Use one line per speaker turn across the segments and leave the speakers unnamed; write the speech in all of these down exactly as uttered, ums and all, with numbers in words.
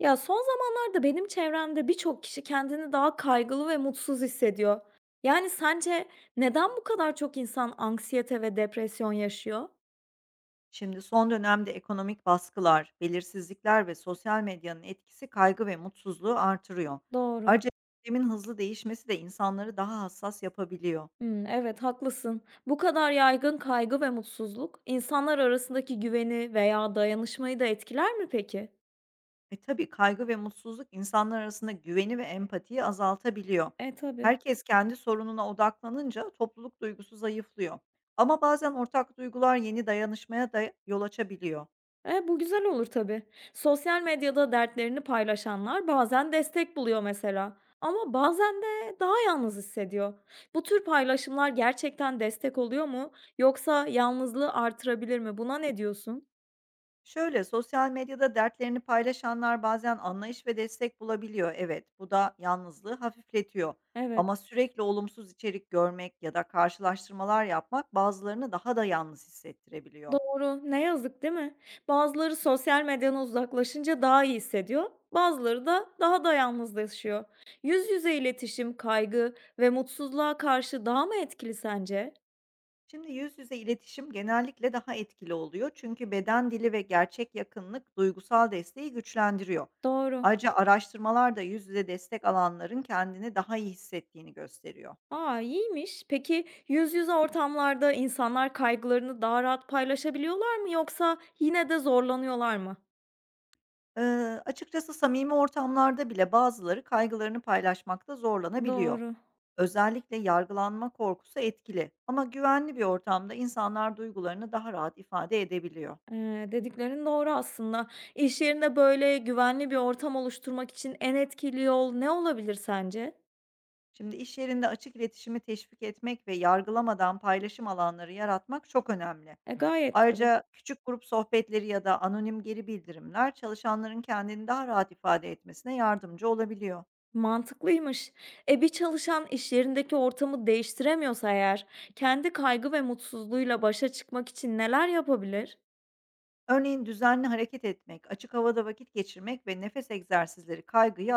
Ya, son zamanlarda benim çevremde birçok kişi kendini daha kaygılı ve mutsuz hissediyor. Yani sence neden bu kadar çok insan anksiyete ve depresyon yaşıyor?
Şimdi son dönemde ekonomik baskılar, belirsizlikler ve sosyal medyanın etkisi kaygı ve mutsuzluğu artırıyor.
Doğru.
Ayrıca sistemin hızlı değişmesi de insanları daha hassas yapabiliyor.
Hımm, evet, haklısın. Bu kadar yaygın kaygı ve mutsuzluk insanlar arasındaki güveni veya dayanışmayı da etkiler mi peki?
E tabii kaygı ve mutsuzluk insanlar arasında güveni ve empatiyi azaltabiliyor.
E, tabii.
Herkes kendi sorununa odaklanınca topluluk duygusu zayıflıyor. Ama bazen ortak duygular yeni dayanışmaya da yol açabiliyor.
E, bu güzel olur tabii. Sosyal medyada dertlerini paylaşanlar bazen destek buluyor mesela. Ama bazen de daha yalnız hissediyor. Bu tür paylaşımlar gerçekten destek oluyor mu? Yoksa yalnızlığı artırabilir mi? Buna ne diyorsun?
Şöyle, sosyal medyada dertlerini paylaşanlar bazen anlayış ve destek bulabiliyor. Evet, bu da yalnızlığı hafifletiyor.
Evet,
Ama sürekli olumsuz içerik görmek ya da karşılaştırmalar yapmak bazılarını daha da yalnız hissettirebiliyor.
doğru. Ne yazık değil mi? Bazıları sosyal medyadan uzaklaşınca daha iyi hissediyor. Bazıları da daha da yalnızlaşıyor. Yüz yüze iletişim, kaygı ve mutsuzluğa karşı daha mı etkili sence?
Şimdi yüz yüze iletişim genellikle daha etkili oluyor çünkü beden dili ve gerçek yakınlık duygusal desteği güçlendiriyor.
Doğru.
Ayrıca araştırmalar da yüz yüze destek alanların kendini daha iyi hissettiğini gösteriyor.
Aa, İyiymiş. Peki, yüz yüze ortamlarda insanlar kaygılarını daha rahat paylaşabiliyorlar mı yoksa yine de zorlanıyorlar mı?
Eee, açıkçası samimi ortamlarda bile bazıları kaygılarını paylaşmakta zorlanabiliyor.
Doğru.
Özellikle yargılanma korkusu etkili ama güvenli bir ortamda insanlar duygularını daha rahat ifade edebiliyor.
Eee, dediklerin doğru aslında. İş yerinde böyle güvenli bir ortam oluşturmak için en etkili yol ne olabilir sence?
Şimdi iş yerinde açık iletişimi teşvik etmek ve yargılamadan paylaşım alanları yaratmak çok önemli.
E, gayet tabii.
Ayrıca küçük grup sohbetleri ya da anonim geri bildirimler çalışanların kendini daha rahat ifade etmesine yardımcı olabiliyor.
Mantıklıymış. E, bir çalışan iş yerindeki ortamı değiştiremiyorsa eğer kendi kaygı ve mutsuzluğuyla başa çıkmak için neler yapabilir?
Örneğin düzenli hareket etmek, açık havada vakit geçirmek ve nefes egzersizleri kaygıyı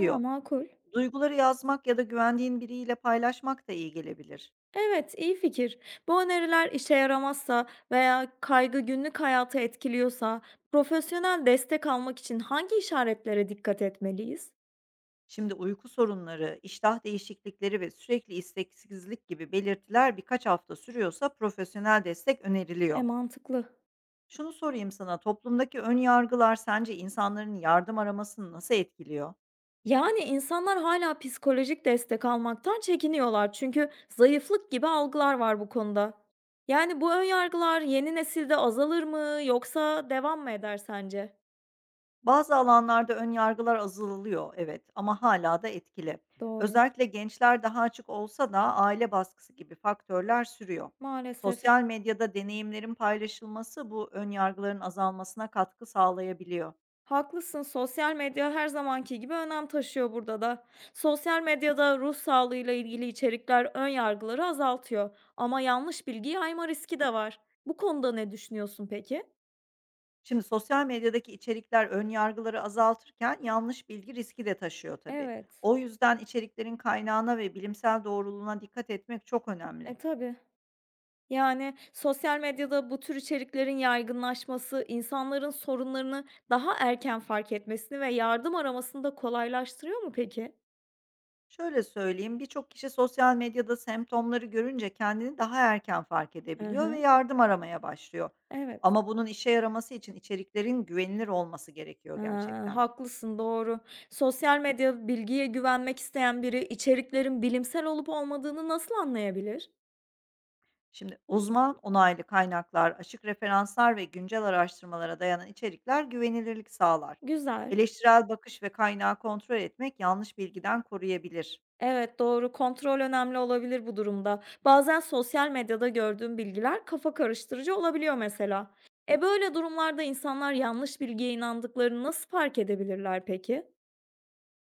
Aa, makul.
Duyguları yazmak ya da güvendiğin biriyle paylaşmak da iyi gelebilir.
Evet, iyi fikir. Bu öneriler işe yaramazsa veya kaygı günlük hayatı etkiliyorsa, profesyonel destek almak için hangi işaretlere dikkat etmeliyiz?
Şimdi uyku sorunları, iştah değişiklikleri ve sürekli isteksizlik gibi belirtiler birkaç hafta sürüyorsa profesyonel destek
E,
öneriliyor.
mantıklı.
Şunu sorayım sana, toplumdaki ön yargılar sence insanların yardım aramasını nasıl etkiliyor?
Yani insanlar hala psikolojik destek almaktan çekiniyorlar çünkü zayıflık gibi algılar var bu konuda. Yani bu önyargılar yeni nesilde azalır mı yoksa devam mı eder sence?
Bazı alanlarda ön yargılar azalıyor, evet, ama hala da etkili.
Doğru.
Özellikle gençler daha açık olsa da aile baskısı gibi faktörler sürüyor.
Maalesef.
Sosyal medyada deneyimlerin paylaşılması bu ön yargıların azalmasına katkı sağlayabiliyor.
Haklısın, sosyal medya her zamanki gibi önem taşıyor burada da. Sosyal medyada ruh sağlığıyla ilgili içerikler ön yargıları azaltıyor ama yanlış bilgi yayma riski de var. Bu konuda ne düşünüyorsun peki?
Şimdi sosyal medyadaki içerikler ön yargıları azaltırken yanlış bilgi riski de taşıyor tabii.
Evet.
O yüzden içeriklerin kaynağına ve bilimsel doğruluğuna dikkat etmek çok
E,
önemli.
tabii. Yani sosyal medyada bu tür içeriklerin yaygınlaşması insanların sorunlarını daha erken fark etmesini ve yardım aramasını da kolaylaştırıyor mu peki?
Şöyle söyleyeyim, birçok kişi sosyal medyada semptomları görünce kendini daha erken fark
Hı
edebiliyor ve
hı.
yardım aramaya başlıyor.
Evet.
Ama bunun işe yaraması için içeriklerin güvenilir olması gerekiyor
Ha,
gerçekten.
haklısın, doğru. Sosyal medya bilgiye güvenmek isteyen biri içeriklerin bilimsel olup olmadığını nasıl anlayabilir?
Şimdi uzman onaylı kaynaklar, açık referanslar ve güncel araştırmalara dayanan içerikler güvenilirlik sağlar.
Güzel.
Eleştirel bakış ve kaynağı kontrol etmek yanlış bilgiden koruyabilir.
Evet, doğru. Kontrol önemli olabilir bu durumda. Bazen sosyal medyada gördüğüm bilgiler kafa karıştırıcı olabiliyor mesela. E, böyle durumlarda insanlar yanlış bilgiye inandıklarını nasıl fark edebilirler peki?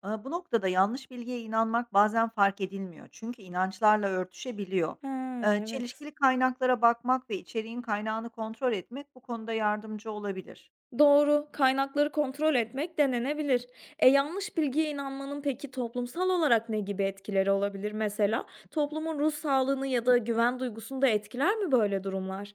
Aaa, bu noktada yanlış bilgiye inanmak bazen fark edilmiyor çünkü inançlarla örtüşebiliyor.
Ha,
Eee,
evet.
çelişkili kaynaklara bakmak ve içeriğin kaynağını kontrol etmek bu konuda yardımcı olabilir.
Doğru, kaynakları kontrol etmek denenebilir. E, yanlış bilgiye inanmanın peki toplumsal olarak ne gibi etkileri olabilir? Mesela toplumun ruh sağlığını ya da güven duygusunu da etkiler mi böyle durumlar?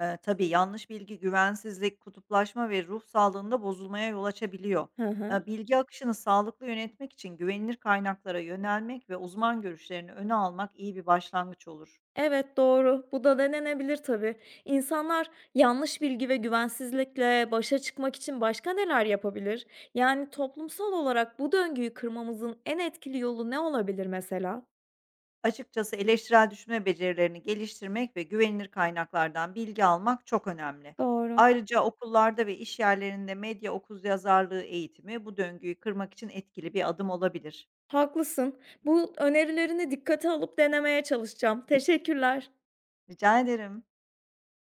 Eee, tabii yanlış bilgi güvensizlik, kutuplaşma ve ruh sağlığında bozulmaya yol açabiliyor.
Hı hı.
Eee, bilgi akışını sağlıklı yönetmek için güvenilir kaynaklara yönelmek ve uzman görüşlerini öne almak iyi bir başlangıç olur.
Evet, doğru. Bu da denenebilir tabii. İnsanlar yanlış bilgi ve güvensizlikle başa çıkmak için başka neler yapabilir? Yani toplumsal olarak bu döngüyü kırmamızın en etkili yolu ne olabilir mesela?
Açıkçası eleştirel düşünme becerilerini geliştirmek ve güvenilir kaynaklardan bilgi almak çok önemli.
Doğru.
Ayrıca okullarda ve iş yerlerinde medya okuryazarlığı eğitimi bu döngüyü kırmak için etkili bir adım olabilir.
Haklısın. Bu önerilerini dikkate alıp denemeye çalışacağım. Teşekkürler.
Rica ederim.